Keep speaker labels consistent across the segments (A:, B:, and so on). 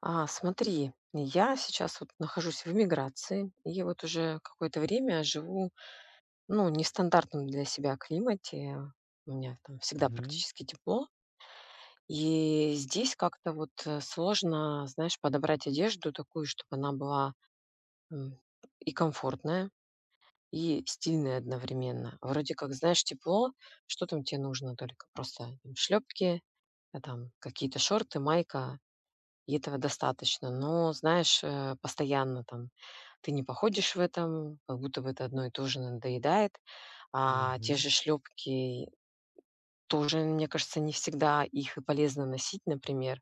A: Смотри, я сейчас вот нахожусь в эмиграции и вот уже какое-то время живу, ну, не в стандартном для себя климате. У меня там всегда
B: Мгм,
A: практически тепло. И здесь как-то вот сложно, знаешь, подобрать одежду такую, чтобы она была м, и комфортная, и стильная одновременно. Вроде как, знаешь, тепло, что там тебе нужно только? Просто шлепки, там какие-то шорты, майка, и этого достаточно. Но, знаешь, постоянно там ты не походишь в этом, как будто бы это одно и то же надоедает. А те же
B: мгм,
A: шлепки тоже, мне кажется, не всегда их и полезно носить, например.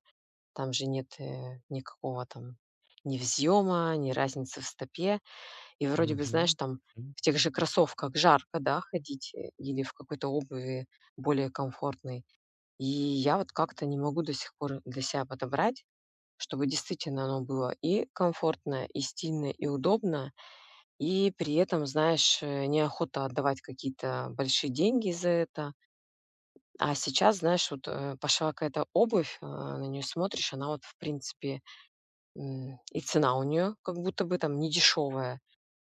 A: Там же нет никакого там ни взъема, ни разницы в стопе. И вроде бы, знаешь,
B: мгм,
A: там
B: мгм.
A: в тех же кроссовках жарко, да, ходить или в какой-то обуви более комфортной. И я вот как-то не могу до сих пор для себя подобрать, чтобы действительно оно было и комфортно, и стильно, и удобно, и при этом, знаешь, неохота отдавать какие-то большие деньги за это. А сейчас, знаешь, вот пошла какая-то обувь, на нее смотришь, она вот в принципе и цена у нее как будто бы там недешевая,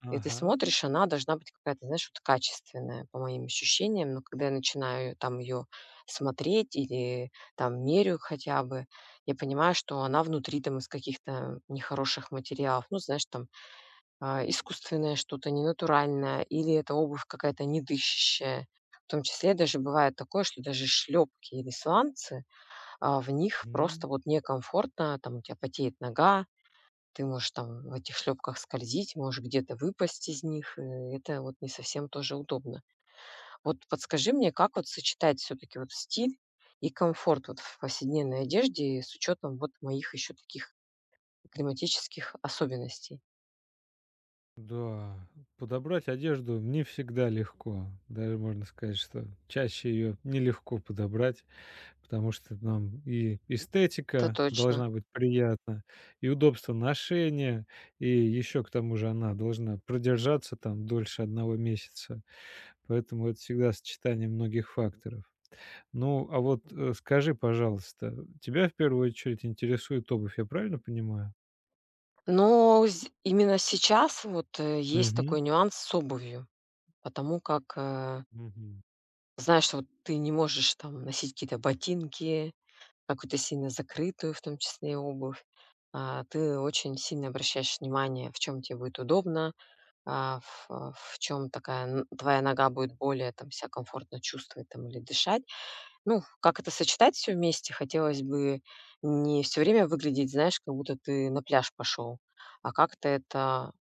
A: и ты
B: Ага.
A: смотришь, она должна быть какая-то, знаешь, вот качественная, по моим ощущениям. Но когда я начинаю там ее смотреть или там мерю хотя бы, я понимаю, что она внутри там из каких-то нехороших материалов. Ну, знаешь, там искусственное что-то, ненатуральное, или это обувь какая-то недышащая. В том числе даже бывает такое, что даже шлепки или сланцы, в них
B: М.
A: просто вот некомфортно, там у тебя потеет нога, ты можешь там в этих шлепках скользить, можешь где-то выпасть из них, и это вот не совсем тоже удобно. Вот подскажи мне, как вот сочетать все-таки вот стиль и комфорт вот в повседневной одежде с учетом вот моих еще таких климатических особенностей?
B: Да, подобрать одежду не всегда легко. Даже можно сказать, что чаще ее нелегко подобрать, потому что нам и
A: Это
B: эстетика
A: точно.
B: должна быть приятна, и удобство ношения, и еще к тому же она должна продержаться там дольше одного месяца. Поэтому это всегда сочетание многих факторов. Ну, а вот, скажи, пожалуйста, тебя в первую очередь интересует обувь, я правильно понимаю?
A: Именно сейчас вот есть
B: Мгм.
A: такой нюанс с обувью, потому как
B: Мгм.
A: знаешь, вот ты не можешь там носить какие-то ботинки, какую-то сильно закрытую, в том числе и обувь. Ты очень сильно обращаешь внимание, в чем тебе будет удобно, а, в чем такая н твоя нога будет более там ся комфортно чувствовать там или дышать. Ну, как это сочетать все вместе? Хотелось бы не все время выглядеть, знаешь, как будто ты на пляж пошел, а как-то это,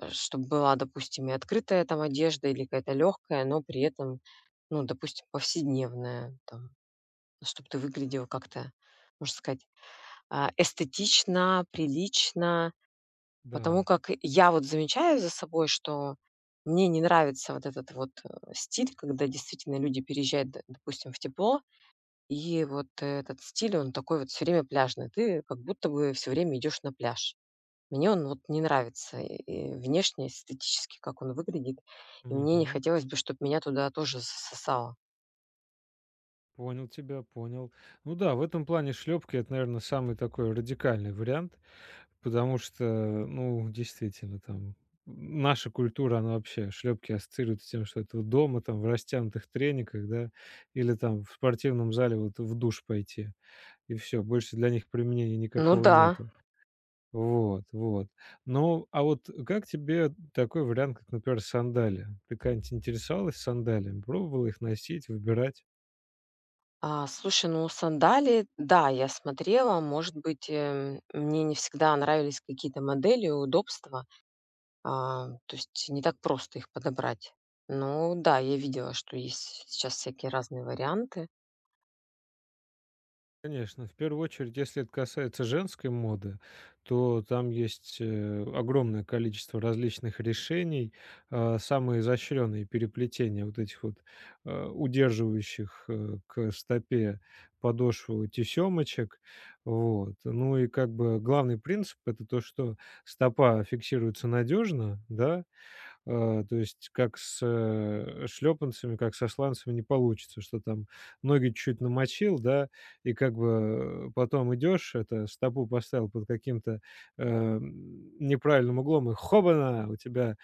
A: чтобы была, допустим, и открытая там одежда или какая-то легкая, но при этом, ну, допустим, повседневная там, чтоб ты выглядел как-то, можно сказать, эстетично, прилично. Потому
B: Да.
A: как я вот замечаю за собой, что мне не нравится вот этот вот, стиль, когда действительно люди переезжают, д допустим, в тепло, и вот этот стиль, он такой вот все время пляжный. Ты как будто бы все время идешь на пляж. Мне он вот не нравится, и внешне, эстетически, как он выглядит, и мне не
B: Мгм.
A: хотелось бы, чтобы меня туда тоже засосало.
B: Понял тебя, понял. Ну да, в этом плане шлепки это, наверное, самый такой радикальный вариант, потому что, ну, действительно, там наша культура, она вообще шлепки ассоциирует с тем, что это вот дома, там, в растянутых трениках, да, или там в спортивном зале вот в душ пойти, и все, больше для них применения
A: Ну
B: никакого
A: да.
B: нету. Вот, вот. Ну, а вот как тебе такой вариант, как, например, сандали? Ты когда-нибудь интересовалась сандалиями? Пробовала их носить, выбирать?
A: Слушай, ну сандалии, да, я смотрела, может быть, мне не всегда нравились какие-то модели и удобства, то есть не так просто их подобрать. Ну да, я видела, что есть сейчас всякие разные варианты.
B: Конечно, в первую очередь, если это касается женской моды, то там есть огромное количество различных решений, самые изощренные переплетения вот этих вот удерживающих к стопе подошву тесемочек, вот. Ну и как бы главный принцип это то, что стопа фиксируется надежно, да. То есть как с шлепанцами, как со сланцами не получится, что там ноги чуть намочил, да, и как бы, потом идешь, это, стопу поставил под каким-то, неправильным углом, и хобана! У тебя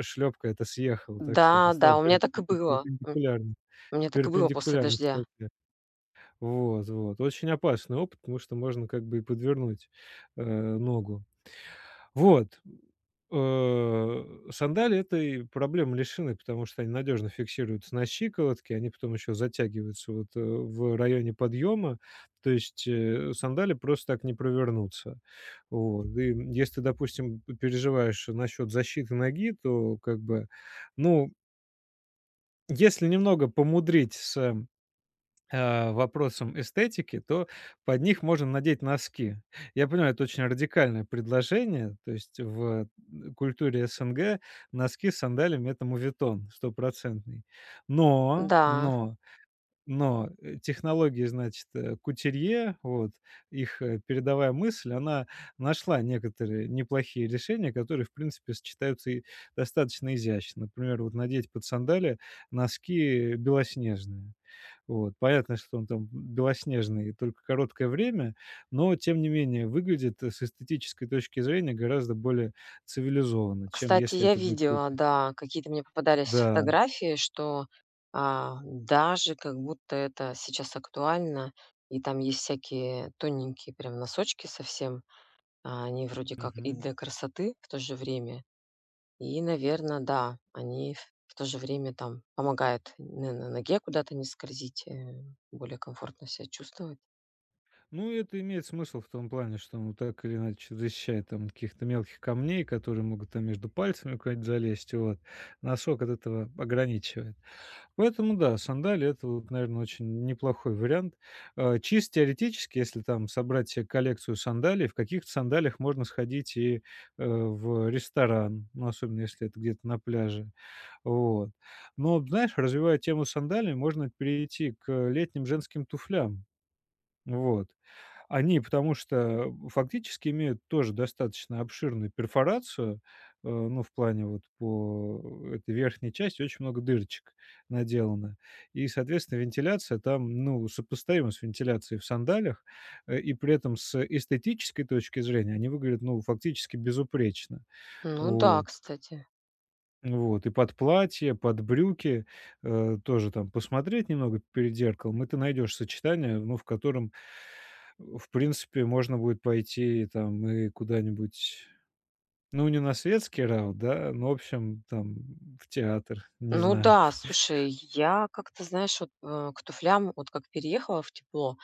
B: шлепка это эта съехала, так что это
A: Да, да,
B: стало
A: у меня так и было.
B: перпендикулярно
A: У меня так и было после
B: перпендикулярно
A: дождя.
B: стопе. Вот, вот. Очень опасный опыт, потому что можно как бы и подвернуть, ногу. Вот. Э, Сандали этой проблемы лишены, потому что они надежно фиксируются на щиколотке, они потом еще затягиваются вот в районе подъема, то есть сандали просто так не провернутся. Вот. И если ты, допустим, переживаешь насчет защиты ноги, то как бы, ну, если немного помудрить с вопросам эстетики, то под них можно надеть носки. Я понимаю, это очень радикальное предложение, то есть в культуре СНГ носки с сандалями- это моветон стопроцентный. Но,
A: Да.
B: но, но, технологии, значит, кутюрье, вот, их, передовая мысль, она нашла некоторые неплохие решения, которые, в принципе, сочетаются и достаточно изящно. Например, вот надеть под сандали носки белоснежные. Вот. Понятно, что он там белоснежный и только короткое время, но тем не менее выглядит, с эстетической точки зрения гораздо более цивилизованно, чем
A: Кстати,
B: если
A: я
B: это будет
A: видела,
B: какой-то...
A: да, какие-то мне попадались
B: Да.
A: фотографии, что, даже как будто это сейчас актуально, и там есть всякие тоненькие прям носочки совсем. Они вроде как и
B: Мгм.
A: для красоты в то же время, и, наверное, да, они в то же время там помогают на ноге куда-то не скользить, более комфортно себя чувствовать.
B: Ну, это имеет смысл в том плане, что он так или иначе защищает там от каких-то мелких камней, которые могут там между пальцами куда-нибудь залезть. Вот. Носок от этого ограничивает. Поэтому да, сандали- это вот, наверное, очень неплохой вариант. Чисто теоретически, если там собрать себе коллекцию сандалий, в каких-то сандалиях можно сходить и, в ресторан, ну, особенно если это где-то на пляже. Вот. Но, знаешь, развивая тему сандалий, можно перейти к летним женским туфлям. Вот. Они, потому что фактически имеют тоже достаточно обширную перфорацию, ну, в плане вот по этой верхней части очень много дырочек наделано. И, соответственно, вентиляция там, ну, сопоставима с вентиляцией в сандалях и при этом с эстетической точки зрения они выглядят, ну, фактически безупречно.
A: Ну да,
B: Вот.
A: кстати.
B: Вот, и под платье, под брюки, тоже там посмотреть немного перед зеркалом, и ты найдешь сочетание, ну, в котором, в принципе, можно будет пойти там и куда-нибудь, ну, не на светский раунд, да, но, в общем, там, в театр, не
A: Ну
B: знаю.
A: да, слушай, я как-то, знаешь, вот, к туфлям, вот как переехала в тепло,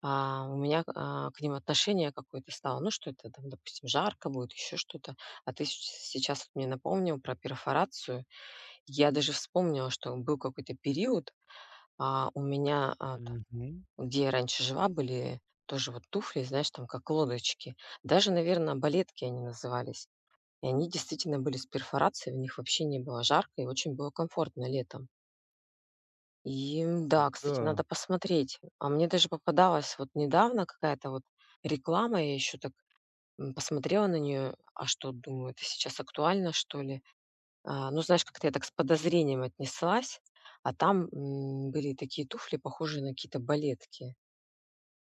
A: у меня к ним отношение какое-то стало. Ну, что это там, допустим, жарко будет, еще что-то. А ты щ сейчас вот мне напомнил про перфорацию. Я даже вспомнила, что был какой-то период, у меня там,
B: Мгм.
A: где я раньше жила, были тоже вот туфли, знаешь, там как лодочки. Даже, наверное, балетки они назывались. И они действительно были с перфорацией, в них вообще не было жарко и очень было комфортно летом. И да, кстати,
B: Да.
A: надо посмотреть. А мне даже попадалась вот недавно какая-то вот реклама, я еще так, посмотрела на нее. А что, думаю, это сейчас актуально, что ли? Ну, знаешь, как-то я так с подозрением отнеслась, а там, были такие туфли, похожие на какие-то балетки.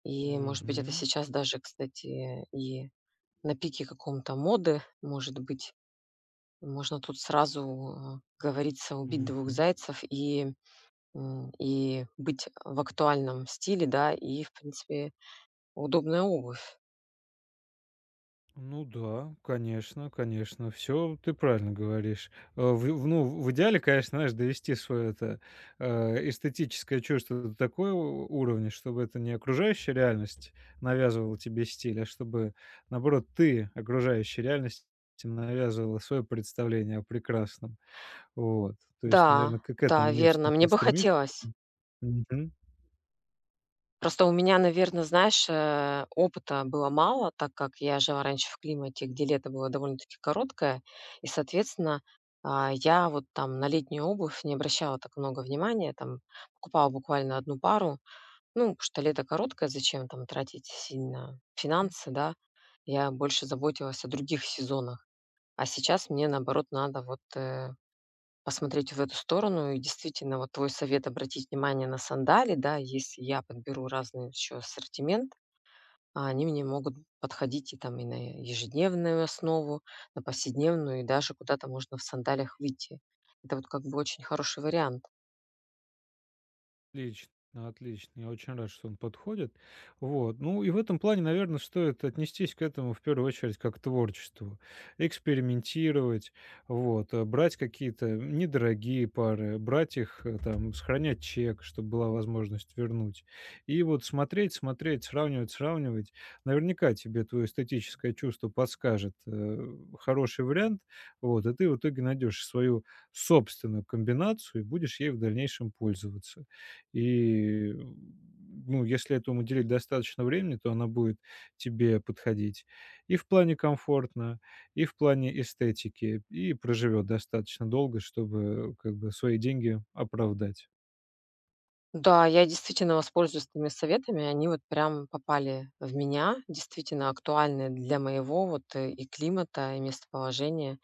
A: И, может быть, это
B: Мгм.
A: сейчас даже, кстати, и на пике каком-то моды, может быть, можно тут сразу, как говорится, убить двух
B: Мгм.
A: зайцев и и быть в актуальном стиле, да, и, в принципе, удобная обувь.
B: Ну да, конечно, конечно. Все, ты правильно говоришь. В ну, в идеале, конечно, знаешь, довести свое это, эстетическое чувство до такого уровня, чтобы это не окружающая реальность навязывала тебе стиль, а чтобы, наоборот, ты окружающей реальности навязывала свое представление о прекрасном. Вот. То есть,
A: Да,
B: наверное, к этому
A: да,
B: имеет
A: верно,
B: смысл
A: мне бы
B: стремиться.
A: хотелось. Просто у меня, наверное, знаешь, опыта было мало, так как я жила раньше в климате, где лето было довольно-таки короткое, и, соответственно, я вот там на летнюю обувь не обращала так много внимания, там покупала буквально одну пару. Ну, потому что лето короткое, зачем там тратить сильно финансы, да? Я больше заботилась о других сезонах. А сейчас мне, наоборот, надо вот, посмотреть в эту сторону. И действительно, вот твой совет обратить внимание на сандали, да. Если я подберу разный еще ассортимент, они мне могут подходить и там и на ежедневную основу, на повседневную, и даже куда-то можно в сандалях выйти. Это вот как бы очень хороший вариант.
B: Отлично, отлично. Я очень рад, что он подходит. Вот. Ну и в этом плане, наверное, стоит отнестись к этому в первую очередь как к творчеству. Экспериментировать, вот, брать какие-то недорогие пары, брать их, там, сохранять чек, чтобы была возможность вернуть. И вот смотреть, смотреть, сравнивать, сравнивать. Наверняка тебе твое эстетическое чувство подскажет хороший вариант, вот, и ты в итоге найдешь свою собственную комбинацию и будешь ей в дальнейшем пользоваться. И, ну, если этому уделить достаточно времени, то она будет тебе подходить и в плане комфортно, и в плане эстетики, и проживет достаточно долго, чтобы как бы свои деньги оправдать.
A: Да, я действительно воспользуюсь твоими советами. Они вот прям попали в меня, действительно актуальны для моего вот, и климата, и местоположения.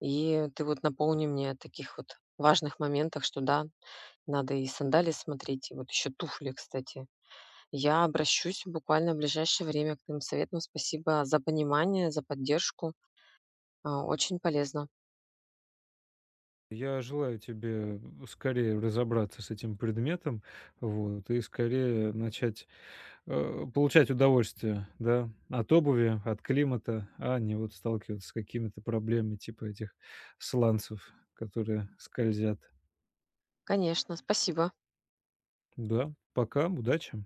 A: И ты вот напомни мне о таких вот важных моментах, что да, надо и сандалии смотреть, и вот еще туфли, кстати. Я обращусь буквально в ближайшее время к твоим советам. Спасибо за понимание, за поддержку. Очень полезно.
B: Я желаю тебе скорее разобраться с этим предметом, вот, и скорее начать, получать удовольствие, да, от обуви, от климата, а не вот сталкиваться с какими-то проблемами типа этих сланцев, которые скользят.
A: Конечно, спасибо.
B: Да, пока, удачи.